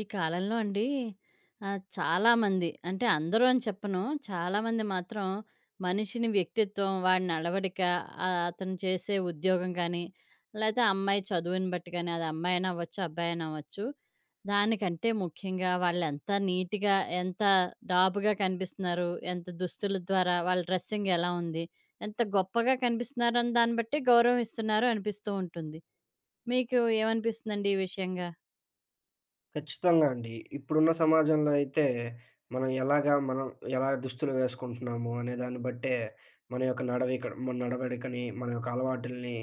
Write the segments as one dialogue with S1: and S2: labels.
S1: ఈ కాలంలో అండి. చాలామంది అంటే అందరూ అని చెప్పను. చాలామంది మాత్రం మనిషిని వ్యక్తిత్వం, వాడి నడవడిక, అతను చేసే ఉద్యోగం కానీ, లేతే అమ్మాయి చదువుని బట్టి కానీ, అది అమ్మాయైనా అవ్వచ్చు, అబ్బాయైనా అవ్వచ్చు. దానికంటే ముఖ్యంగా వాళ్ళెంత నీట్‌గా, ఎంత డాబుగా కనిపిస్తున్నారు, ఎంత దుస్తుల ద్వారా వాళ్ళ డ్రెస్సింగ్ ఎలా ఉంది, ఎంత గొప్పగా కనిపిస్తున్నారని దాన్ని బట్టి గౌరవం ఇస్తున్నారు అనిపిస్తూ ఉంటుంది. మీకు ఏమనిపిస్తుందండి ఈ విషయంగా?
S2: ఖచ్చితంగా అండి. ఇప్పుడున్న సమాజంలో అయితే మనం ఎలా దుస్తులు వేసుకుంటున్నాము అనే దాన్ని బట్టే మన యొక్క మన నడవడికని, మన యొక్క అలవాటుల్ని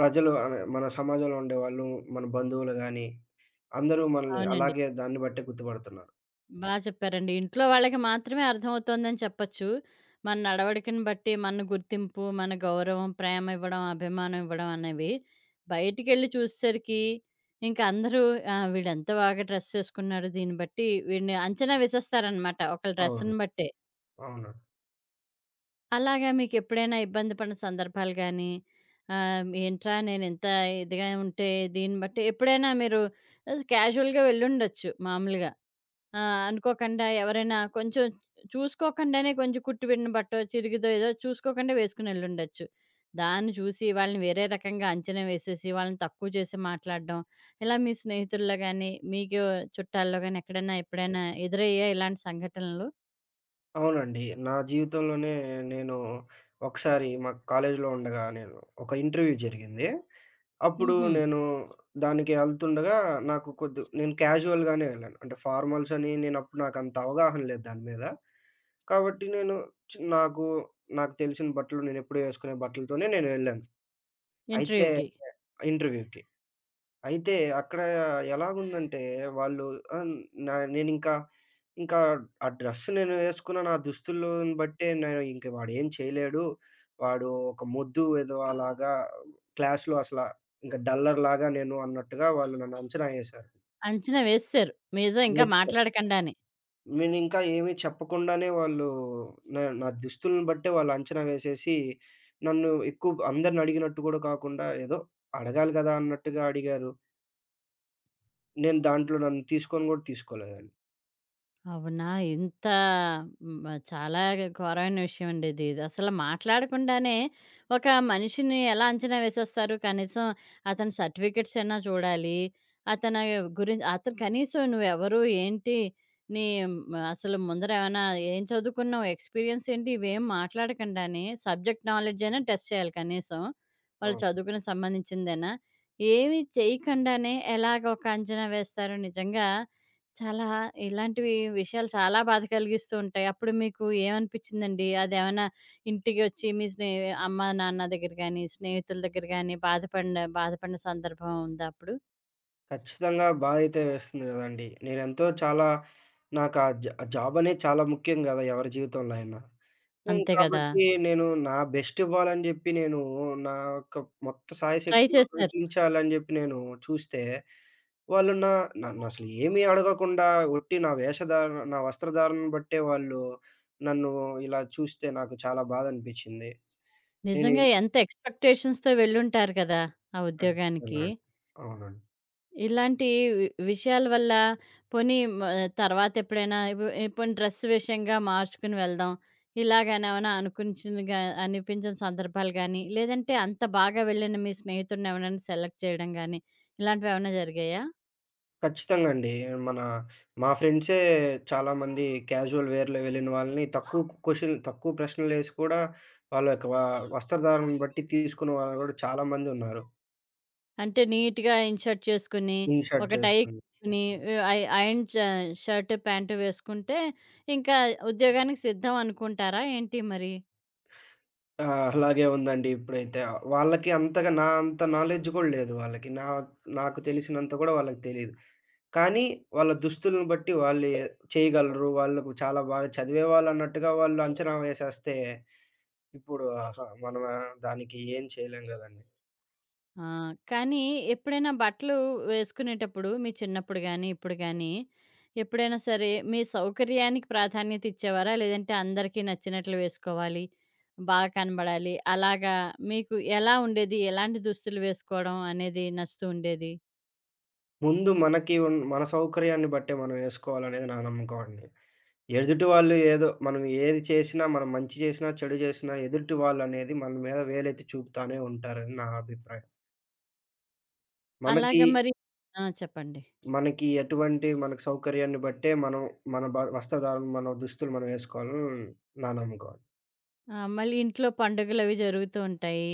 S2: ప్రజలు అనే మన సమాజంలో ఉండేవాళ్ళు, మన బంధువులు గాని, అందరూ మనల్ని
S1: అవునండి.
S2: అలాగే దాన్ని బట్టే గుర్తుపడుతున్నారు.
S1: బా చెప్పారండి. ఇంట్లో వాళ్ళకి మాత్రమే అర్థమవుతోందని చెప్పచ్చు. మన నడవడికను బట్టి, మన గుర్తింపు, మన గౌరవం, ప్రేమ ఇవ్వడం, అభిమానం ఇవ్వడం అనేవి. బయటికెళ్ళి చూసేసరికి ఇంక అందరూ వీడెంత బాగా డ్రెస్ చేసుకున్నాడు. దీన్ని బట్టి వీడిని అంచనా వేసేస్తారనమాట. ఒకళ్ళ
S2: అవును.
S1: డ్రెస్‌ని బట్టే.
S2: అవును.
S1: అలాగా మీకెప్పుడైనా ఇబ్బంది పడిన సందర్భాలు గానీ, ఏంట్రా నేనింత ఇదిగా ఉంటే దీన్ని బట్టి ఎప్పుడైనా మీరు క్యాజువల్‌గా వెళ్ళుండొచ్చు మామూలుగా. ఆ! అనుకోకుండా ఎవరైనా కొంచెం చూసుకోకుండానే కొంచెం కుట్టి విడిన బట్టో, చిరిగిదో ఏదో చూసుకోకుండా వేసుకొనెళ్ళుండొచ్చు. దాన్ని చూసి వాళ్ళని వేరే రకంగా అంచనా వేసేసి, వాళ్ళని తక్కువ చేసి మాట్లాడడం, ఇలా మీ స్నేహితుల్లో గాని, చుట్టాల్లో గాని ఎక్కడైనా ఎప్పుడైనా ఎదురయ్యాయా ఇలాంటి సంఘటనలు?
S2: అవునండి, నా జీవితంలోనే నేను ఒకసారి మా కాలేజీలో ఉండగా నేను ఒక ఇంటర్వ్యూ జరిగింది. అప్పుడు
S1: హుహు.
S2: నేను దానికి ఎళ్తుండగా నాకు కొద్ది నేను క్యాజువల్‌గానే వెళ్ళాను. అంటే ఫార్మల్స్ అని నేనప్పుడు నాకంత అవగాహన లేదు దాని మీద. కాబట్టి నేను చి నాకు నాకు తెలిసిన బట్టలు నేనెప్పుడూ ఏసుకునే బట్టలతోనే నేను వెళ్ళాను. అయితే
S1: ఇంటర్వ్యూకి.
S2: ఇంటర్వ్యూకి. అయితే అక్కడ ఎలాగుందంటే వాళ్ళు ఆహ్, నా నేనింకా, ఇంకా ఇంకా ఆ డ్రెస్ నేను వేసుకున్న నా దుస్తులను బట్టే నేను ఇంక వాడేం చేయలేడు. వాడు ఒక మొద్దు వెధవలాగా క్లాస్‌లో అసల ఇంక డల్లర్‌లాగా నేను అన్నట్టుగా వాళ్ళు నన్ను అంచనా ఏశారు.
S1: అంచనా వేసేసారు. మీతో ఇంకా
S2: వేశారు.
S1: మాట్లాడకండాని.
S2: నేనింకా ఏమీ చెప్పకుండానే వాళ్ళు నా నా దుస్తులను బట్టే వాళ్ళు అంచనా వేసేసి, నన్ను ఎక్కువ అందరిని అడిగినట్టు కూడా కాకుండా ఏదో అడగాలి గదా అన్నట్టుగా అడిగారు. నేను దాంట్లో నన్ను తీసుకొని గూడా తీసుకోలేదండి.
S1: అవునా! ఇంత హ్మ్. చాలా ఘోరమైన విషయం అండి ఇది. ఇది అసలు మాట్లాడకుండానే ఒక మనిషిని ఎలా అంచనా వేసేస్తారు. కనీసం అతని సర్టిఫికేట్స్ అయినా చూడాలి. అతని అతను కనీసం నువ్వెవరు? ఏంటి? నీ మ, అసలు ముందర ఏమైనా ఏం చదువుకున్నావు? ఎక్స్‌పీరియన్స్ ఏంటి? ఇవేం మాట్లాడకుండానే సబ్జెక్ట్ నాలెడ్జ్ అయినా టెస్ట్ చేయాలి కనీసం. వాళ్ళు
S2: అవును.
S1: చదువుకుని సంబంధించిందేనా? ఏమి చేయకుండానే ఎలాగ ఒక అంచనా వేస్తారో నిజంగా చాలా ఇలాంటివి విషయాలు చాలా బాధ కలిగిస్తూ ఉంటాయి. అప్పుడు మీకు ఏమనిపిచ్చిందండి? అదేమన్నా ఇంటికొచ్చి మీ స్నే అమ్మ, నాన్న దగ్గర గాని, స్నేహితుల దగ్గర గాని బాధపడిన బాధపడిన సందర్భం ఉందా అప్పుడు?
S2: ఖచ్చితంగా బాధైతే వేస్తుంది గదండీ! నేనెంతో చాలా నాకా జ జాబనేది చాలా ముఖ్యం గదా, ఎవరి జీవితంలో అయినా. హ్మ్.
S1: అంతే గదా!
S2: కాబట్టి నేను నా బెస్ట్ ఇవ్వాలని జెప్పి నేను నా యొక్క మొత్తం
S1: ట్రై
S2: సాయశక్తిగా
S1: చేశారు.
S2: ప్రయత్నించాలని జెప్పి నేను చూస్తే, వాళ్ళు నన్నసలు ఏమీ అడగకుండా ఒట్టి నా వేషధారణ, నా వస్త్రధారణను బట్టే వాళ్ళు నన్ను ఇలా చూస్తే నాకు చాలా బాధనిపిచ్చింది. నేను
S1: నిజంగా ఎంత ఎక్స్‌పెక్టేషన్స్‌తో వెళ్ళుంటారు కదా ఆ ఉద్యోగానికి!
S2: ఖచ్చితంగా అండి. అవునండి.
S1: ఇలాంటి వి విషయాల వల్ల పోనీ మ తర్వాత ఎప్పుడైనా ఇప్ పోనీ డ్రెస్ విషయంగా మార్చుకుని వెళ్దాం. ఇలాగనేమైనా అనిపించిందిగా అనిపించిన సందర్భాలు గానీ, లేదంటే అంత బాగా వెళ్ళిన మీ స్నేహితుడిని ఎవరినైనా సెలెక్ట్ చేయడం గానీ, ఇలాంటివేమైనా జరిగాయా?
S2: ఖచ్చితంగా అండి. మన మా ఫ్రెండ్సే చాలామంది క్యాజువల్ వేర్‌లో వెళ్ళిన వాళ్ళని తక్కువ ప్రశ్నలేసి కూడా వాళ్ళ యొక్క వస్త్రధారణను బట్టి తీసుకున్న వాళ్ళు కూడా చాలామందున్నారు.
S1: అంటే నీట్‌గా ఇన్‌షర్ట్ చేసుకొని,
S2: ఇన్ షర్ట్
S1: ఒక టై
S2: చేసుకొని.
S1: కట్టుకుని ఐ ఐరన్ చ షర్ట్, ప్యాంట్ వేసుకుంటే ఇంకా ఉద్యోగానికి సిద్ధం అనుకుంటారా ఏంటి మరి?
S2: ఆ, అలాగే ఉందండి ఇప్పుడైతే. వాళ్ళకి అంతగా నా అంత నాలెడ్జ్ కూడా లేదు వాళ్ళకి. నాకు తెలిసినంత కూడా వాళ్ళకి తెలీదు. కానీ వాళ్ళ దుస్తులను బట్టి వాళ్ళు చేయగలరు. వాళ్ళకు చాలా బాగా చదివేవాళ్ళు అన్నట్టుగా వాళ్ళు అంచనా వేసేస్తే ఇప్పుడు ఆహా, మనం దానికి ఏం చేయలేం గదండీ!
S1: ఆ! కానీ ఎప్పుడైనా బట్టలు వేసుకునేటప్పుడు మీ చిన్నప్పుడు గానీ, ఇప్పుడు గానీ, ఎప్పుడైనా సరే మీ సౌకర్యానికి ప్రాధాన్యత ఇచ్చేవారా? లేదంటే అందరికీ నచ్చినట్లు వేసుకోవాలి, బాగా కనబడాలి అలాగా మీకు ఎలా ఉండేది? ఎలాంటి దుస్తులు వేసుకోవడం అనేది నచ్చుతూ ఉండేది?
S2: ముందు మనకి ఉన్ మన సౌకర్యాన్ని బట్టే మనం యేసుకోవాలనేది నా నమ్మకం అండి. ఎదుటి వాళ్ళు ఏదో మనం ఏది చేసినా, మనం మంచి చేసినా, చెడు చేసినా ఎదుటి వాళ్ళనేది మన మీద వేలెత్తి చూపుతానే ఉంటారని నా అభిప్రాయం. మనకి,
S1: అలాగా మరి ఆ! చెప్పండి.
S2: మనకి ఎటువంటి మనకు సౌకర్యాన్ని బట్టే మనం మన వస్త్రధారణ, మన దుస్తులు మనం యేసుకోవాలని నా నమ్మకం.
S1: ఆ! మళ్ళీ ఇంట్లో పండుగలవి జరుగుతూ ఉంటాయి.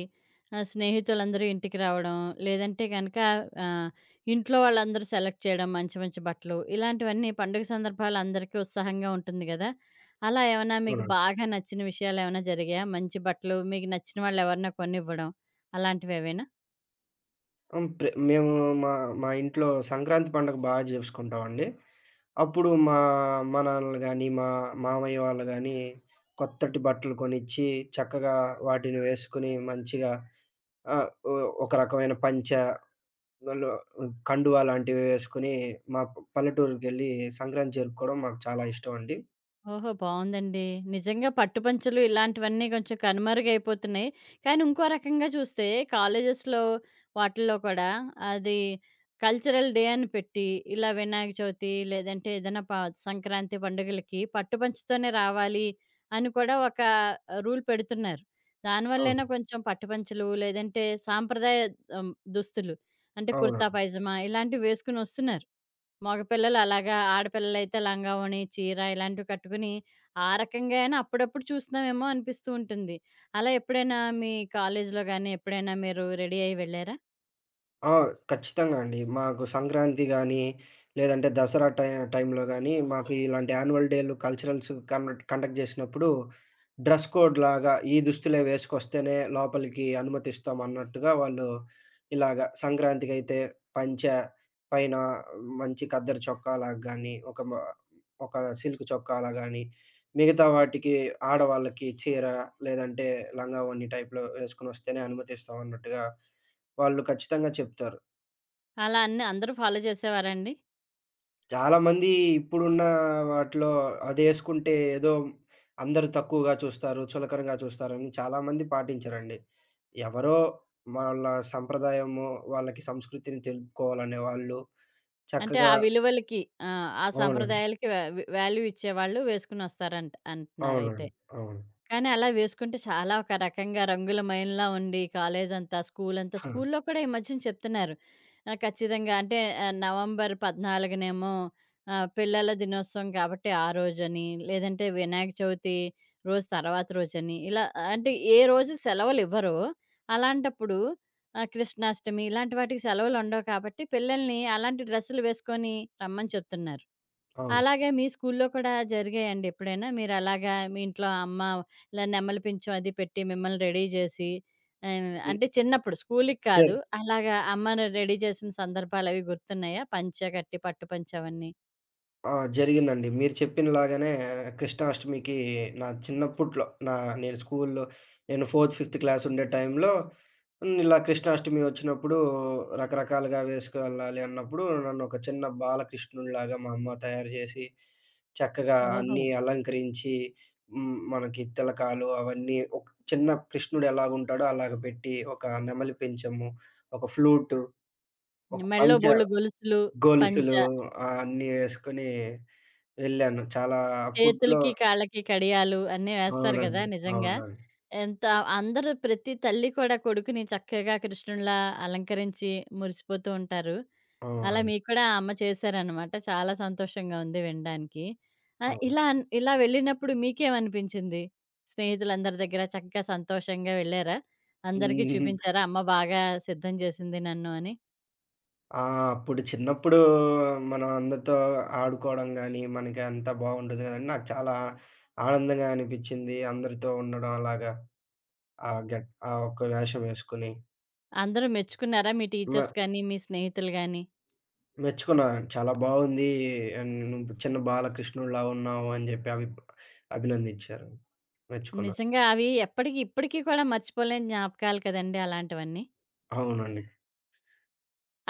S1: స్నేహితులందరూ ఇంటికి రావడం, లేదంటే గనక ఆహ్, ఇంట్లో వాళ్ళందరూ సెలెక్ట్ చేయడం మంచి మంచి బట్టలు. ఇలాంటివన్నీ పండుగ సందర్భాలు అందరికీ ఉత్సాహంగా ఉంటుంది గదా! అలా ఏమన్నా మీకు
S2: అవునండి.
S1: బాగా నచ్చిన విషయాలేమన్నా జరిగాయా? మంచి బట్టలు మీకు నచ్చిన వాళ్ళెవరన్నా కొనివ్వడం అలాంటివేవైనా?
S2: హ్మ్. మేము మా మా ఇంట్లో సంక్రాంతి పండుగ బాగా జేసుకుంటామండి. అప్పుడు మా అమ్మ నాన్నలు గాని, మామయ్య వాళ్ళు గాని, కొత్తటి బట్టలు కొనిచ్చి, చక్కగా వాటిని వేసుకొని మంచిగా ఆహ్, ఒ ఒక రకమైన పంచ, వాళ్ళు కండువా లాంటివి వేసుకొని, మా పల్లెటూరుకెళ్ళి సంక్రాంతి జరుపుకోవడం మాకు చాలా ఇష్టమండి.
S1: ఓహో! బావుందండి. నిజంగా పట్టు పంచలు ఇలాంటివన్నీ కొంచెం కనుమరుగైపోతున్నాయి. కానీ ఇంకో రకంగా చూస్తే కాలేజెస్‌లో వాటిల్లో కూడా అది కల్చరల్ డే అని పెట్టి, ఇలా వినాయక చవితి లేదంటే ఏదైనా ప సంక్రాంతి పండుగలకి పట్టు పంచతోనే రావాలి అని కూడా ఒక రూల్ పెడుతున్నారు. దానివల్లైనా
S2: అవును.
S1: కొంచెం పట్టు పంచలు లేదంటే సాంప్రదాయ దుస్తులు అంటే
S2: అవును.
S1: కుర్తా పైజామా ఇలాంటివి వేసుకొనొస్తున్నారు. మగపిల్లలు అలాగా ఆడపిల్లలైతే లంగావోణి, చీర ఇలాంటివి కట్టుకుని ఆ రకంగా అయినా అప్పుడప్పుడు చూస్తున్నామేమో అనిపిస్తూ ఉంటుంది. అలా ఎప్పుడైనా మీ కాలేజీలో గాని, ఎప్పుడైనా మీరు రెడీ అయ్యి వెళ్లారా?
S2: ఆ! ఖచ్చితంగా అండి. మాకు సంక్రాంతి గానీ, లేదంటే దసరా టై టైంలో గానీ, మాకు ఇలాంటి యాన్యువల్ డేలు, కల్చరల్స్ కండక్ట్ జేసినప్పుడు, డ్రెస్ కోడ్‌లాగా ఈ దుస్తులే వేసుకొస్తేనే లోపలికి అనుమతిస్తాం అన్నట్టుగా వాళ్ళు ఇలాగ సంక్రాంతికైతే పంచ, పైన మంచి ఖద్దరు చొక్కాలాగా గానీ, ఒక సిల్క్ చొక్కాలా గానీ, మిగతా వాటికి ఆడవాళ్ళకి చీర, లేదంటే లంగా ఓణి టైప్‌లో వేసుకొనొస్తేనే అనుమతిస్తాం అన్నట్టుగా వాళ్ళు ఖచ్చితంగా చెప్తారు.
S1: అలా అన్ని అందరూ ఫాలో చేసేవారండి?
S2: చాలా మంది ఇప్పుడున్న వాటిలో అదేసుకుంటే ఏదో అందరూ తక్కువగా చూస్తారు, చులకనగా చూస్తారని చాలామంది పాటించరండి. ఎవరో వాళ్ళ సంప్రదాయము, వాళ్ళకి సంస్కృతిని తెలుపుకోవాలనే వాళ్ళు
S1: అంటే ఆ
S2: చక్కగా
S1: విలువలకి ఆ
S2: అవునండి.
S1: సంప్రదాయాలకి వా వాల్యూ ఇచ్చేవాళ్ళు వేసుకొనొస్తారంట అంటున్నారైతే.
S2: అవునండి. అవును.
S1: కానీ అలా వేసుకుంటే చాలా ఒక రకంగా రంగులమయంలా ఉండి కాలేజంతా, స్కూలంతా
S2: ఆ!
S1: స్కూల్లో కూడా ఈ మధ్యన చెప్తున్నారు. ఖచ్చితంగా అంటే నవంబర్ 14నేమో పిల్లల దినోత్సవం కాబట్టి ఆ రోజని, లేదంటే వినాయక చవితి రోజు తర్వాత రోజని, ఇలా ఆ, అంటే ఏ రోజు సెలవులివ్వరో, అలాంటప్పుడు కృష్ణాష్టమి ఇలాంటి వాటికి సెలవులుండవు కాబట్టి పిల్లల్ని అలాంటి డ్రెస్సులు వేసుకొని రమ్మని చెప్తున్నారు.
S2: అవును.
S1: అలాగే మీ స్కూల్లో కూడా జరిగాయండి ఎప్పుడైనా? మీరలాగా ఇంట్లో అమ్మ ఇలా నెమలి పించం అది పెట్టి మిమ్మల్ని రెడీ జేసి ఆహ్,
S2: హ్మ్.
S1: అంటే చిన్నప్పుడు స్కూలుకి
S2: చే
S1: కాదు. అలాగా అమ్మని రెడీ చేసిన సందర్భాలవి గుర్తున్నాయా? పంచ కట్టి పట్టు పంచ అవన్నీ.
S2: ఆ, జరిగిందండి. మీరు చెప్పినలాగానే కృష్ణాష్టమికి నా చిన్నప్పట్లో నేను స్కూల్‌లో నేను ఫోర్త్, ఫిఫ్త్ క్లాస్ ఉండే టైంలో హ్మ్, ఇలా కృష్ణాష్టమి వచ్చినప్పుడు రకరకాలుగా వేసుకెళ్ళాలి అన్నప్పుడు నన్ను ఒక చిన్న బాలకృష్ణుడిలాగా మా అమ్మ తయారు చేసి, చక్కగా
S1: ఓహో!
S2: అన్నీ అలంకరించి హ్మ్, మనకి తిలకాలు అవన్నీ, ఒక చిన్న కృష్ణుడు ఎలాగుంటాడో అలాగ పెట్టి, ఒక నెమలి పించము, ఒక ఫ్లూటు, ఒక
S1: మెడలో
S2: పంచ,
S1: బోలెడు గొలుసులు, పంచ,
S2: గొలుసులు అన్నీ వేసుకొని వెళ్ళాను. చాలా ఫుడ్‌లో
S1: చేతులకి, కాళ్ళకి కడియాలు అన్నీ వేస్తారు గదా
S2: అవునండి.
S1: నిజంగా!
S2: అవునండి.
S1: ఎంత అందరూ ప్రతి తల్లి కూడా కొడుకుని చక్కగా కృష్ణుడిలా అలంకరించి మురిసిపోతూ ఉంటారు. అలా
S2: అవునండి.
S1: మీకు కూడా ఆ అమ్మ చేశారనమాట. చాలా సంతోషంగా ఉంది వినడానికి.
S2: అవును.
S1: ఇలా అన్ ఇలా వెళ్ళినప్పుడు మీకేమనిపించింది? స్నేహితులందరి దగ్గర చక్కగా సంతోషంగా వెళ్లారా? అందరికీ
S2: హ్మ్.
S1: చూపించారా అమ్మ బాగా సిద్ధం చేసింది నన్ను అని?
S2: ఆ! అప్పుడు చిన్నప్పుడు మనం అందరితో ఆడుకోవడం గాని, మనకి అంతా బావుండేది కదండీ. నాకు చాలా ఆనందంగా అనిపిచ్చింది. అందరితో ఉండడం అలాగా. ఆ గెట్ ఆ ఒక్క వేషం వేసుకొని.
S1: అందరూ మెచ్చుకున్నారా? మీ
S2: మె
S1: టీచర్స్ కానీ, మీ స్నేహితులు గాని?
S2: మెచ్చుకున్నానండి. చాలా బావుంది. అండ్ నువ్వు చిన్న బాలకృష్ణుడిలా ఉన్నావు అని చెప్పి అభినందించారు. మెచ్చుకున్నా.
S1: నిజంగా అవి ఎప్పటికి ఇప్పటికి కూడా మర్చిపోలేని జ్ఞాపకాలు కదండీ అలాంటివన్నీ.
S2: అవునండి.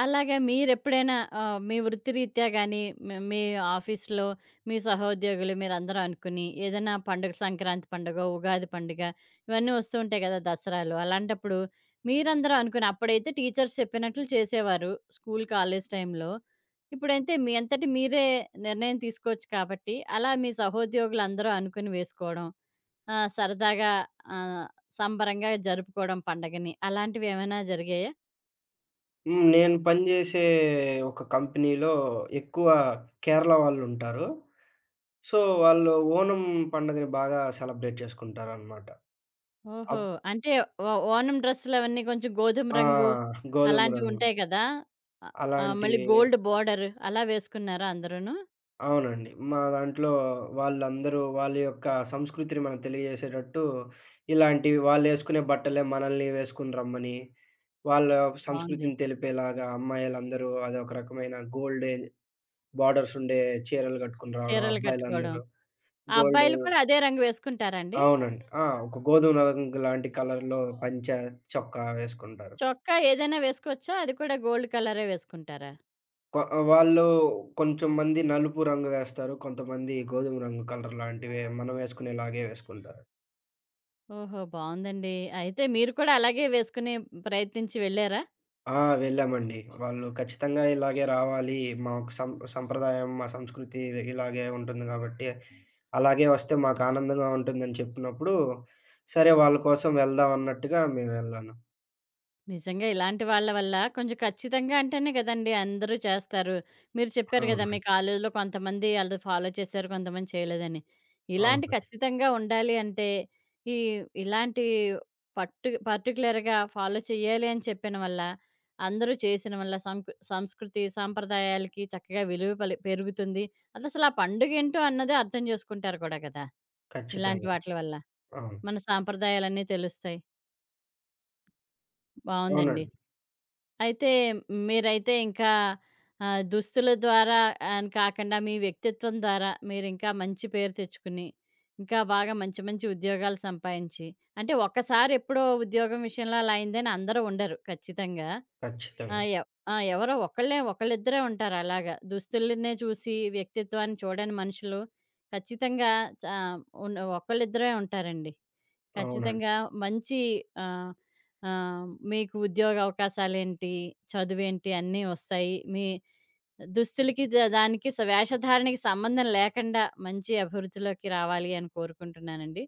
S1: అలాగా మీరెప్పుడైనా మీ వృత్తిరీత్యా గాని, మీ మీ ఆఫీస్‌లో మీ సహోద్యోగులు మీరందరూ అనుకుని ఏదైనా పండుగ సంక్రాంతి పండుగో, ఉగాది పండుగ ఇవన్నీ వస్తూ ఉంటాయి కదా దసరాలు! అలాంటప్పుడు మీరందరూ అనుకుని అప్పుడైతే టీచర్స్ చెప్పినట్లు చేసేవారు స్కూల్, కాలేజ్ టైంలో. ఇప్పుడైతే మీ అంతట మీరే నిర్ణయం తీసుకోవచ్చు కాబట్టి, అలా మీ సహోద్యోగులందరూ అనుకుని వేసుకోవడం, సరదాగా ఆహ్, సంబరంగా జరుపుకోవడం పండగని అలాంటివేమైనా జరిగాయా?
S2: హ్మ్, నేను పనిజేసే ఒక కంపెనీలో ఎక్కువ కేరళ వాళ్ళుంటారు. సో, వాళ్ళు ఓనం పండుగని బాగా సెలబ్రేట్ చేసుకుంటారనమాట.
S1: ఓహో!
S2: అప్
S1: అంటే ఓ ఓణం డ్రెస్సులవన్నీ కొంచెం గోధుమ
S2: ఆ,
S1: రంగు
S2: గోధుమ రంగు.
S1: అలాంటివుంటాయి కదా! ఆహ్, ఆ! మళ్ళీ
S2: అలాంటివి
S1: గోల్డ్ బోర్డర్ అలా వేసుకున్నారా అందరూను?
S2: అవునండి. మా దాంట్లో వాళ్ళందరూ వాళ్ళ యొక్క సంస్కృతిని మనకు తెలియజేసేటట్టు ఇలాంటివి వాళ్ళేసుకునే బట్టలే మనల్ని వేసుకొని రమ్మని, వాళ్ళ
S1: బావుంది.
S2: సంస్కృతిని తెలిపేలాగా అమ్మాయిలందరూ అదొక రకమైన గోల్డ్ బార్డర్సుండే చీరలు కట్టుకొని రావడం
S1: చీరలు కట్టుకోవడం.
S2: అబ్బాయిలందరూ.
S1: ఆ
S2: గోల్డు.
S1: అబ్బాయిలు కూడా అదే రంగు వేసుకుంటారాండి?
S2: అవునండి. ఆ, ఒక గోధుమ రంగు లాంటి కలర్‌లో పంచ, చొక్కా వేసుకుంటారు.
S1: చొక్కా ఏదైనా వేసుకోవచ్చా? అది కూడా గోల్డ్ కలరే వేసుకుంటారా?
S2: కొ వాళ్ళు కొంచెం మంది నలుపు రంగు వేస్తారు. కొంతమంది గోధుమ రంగు కలర్ లాంటివే మనం వేసుకునేలాగే వేసుకుంటారు.
S1: ఓహో! బావుందండి. అయితే మీరు కూడా అలాగే వేసుకునే ప్రయత్నించి వెళ్లారా?
S2: ఆ, వెళ్ళామండి. వాళ్ళు ఖచ్చితంగా ఇలాగే రావాలి. మాకు సంప్రదాయం, మా సంస్కృతి ఇలాగే ఉంటుంది కాబట్టి, అలాగే వస్తే మాకు ఆనందంగా ఉంటుందని చెప్పినప్పుడు, సరే వాళ్ళ కోసం వెళ్దాం అన్నట్టుగా మేము వెళ్ళాను.
S1: నిజంగా ఇలాంటి వాళ్ళ వల్ల కొంచెం ఖచ్చితంగా అంటేనే కదండీ అందరూ చేస్తారు. మీరు చెప్పారు గదా మీ
S2: అవునండి.
S1: కాలేజీలో కొంతమంది అలా ఫాలో చేశారు, కొంతమంది చేయలేదని.
S2: అవును.
S1: ఇలాంటి ఖచ్చితంగా ఉండాలి అంటే, ఈ ఇలాంటి పర్టిక్యులర్‌గా ఫాలో చేయాలి అని చెప్పిన వల్ల, అందరూ చేసిన వల్ల సంకు సంస్కృతి, సాంప్రదాయాలకి చక్కగా విలువ పలి పెరుగుతుంది. అదసలు ఆ పండుగేంటో అన్నదే అర్థం జేసుకుంటారు కూడా గదా! ఇలాంటి
S2: ఖచ్చితంగా.
S1: వాట్లి వల్ల.
S2: అవును.
S1: మన సాంప్రదాయాలన్నీ తెలుస్తాయి. బావుందండి.
S2: అవునండి.
S1: అయితే మీరైతే ఇంకా దుస్తుల ద్వారా అని కాకుండా మీ వ్యక్తిత్వం ద్వారా మీరింకా మంచి పేరు తెచ్చుకుని, ఇంకా బాగా మంచి మంచి ఉద్యోగాలు సంపాయించి, అంటే ఒక్కసారి ఎప్పుడో ఉద్యోగం విషయంలో అలా అయిందని అందరూ ఉండరు ఖచ్చితంగా. ఆ!
S2: ఖచ్చితంగా.
S1: ఎవ్ ఆ! ఎవరో ఒకళ్ళే ఒకళ్ళిద్దరే ఉంటారు అలాగా. దుస్తులనే చూసి వ్యక్తిత్వాన్ని చూడని మనుషులు ఖచ్చితంగా చా ఉన్న ఒకళ్ళిద్దరే ఉంటారండి.
S2: అవునండి.
S1: ఖచ్చితంగా మంచి ఆహ్, ఆహ్, మీకు ఉద్యోగ అవకాశాలేంటి, చదువేంటి అన్నీ వస్తాయి. మీ దుస్తులకి ద దానికి స వేషధారణకి సంబంధం లేకుండా మంచి అభివృద్ధిలోకి రావాలి అని కోరుకుంటున్నానండి.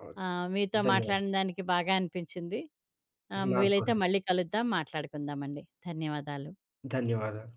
S2: అవును.
S1: మీతో
S2: ధన్యవాదాలు.
S1: మాట్లాడిన దానికి బాగా అనిపించింది.
S2: నాకు
S1: వీలైతే
S2: కూడా.
S1: మళ్ళీ కలుద్దాం, మాట్లాడుకుందామండి. ధన్యవాదాలు.
S2: ధన్యవాదాలు.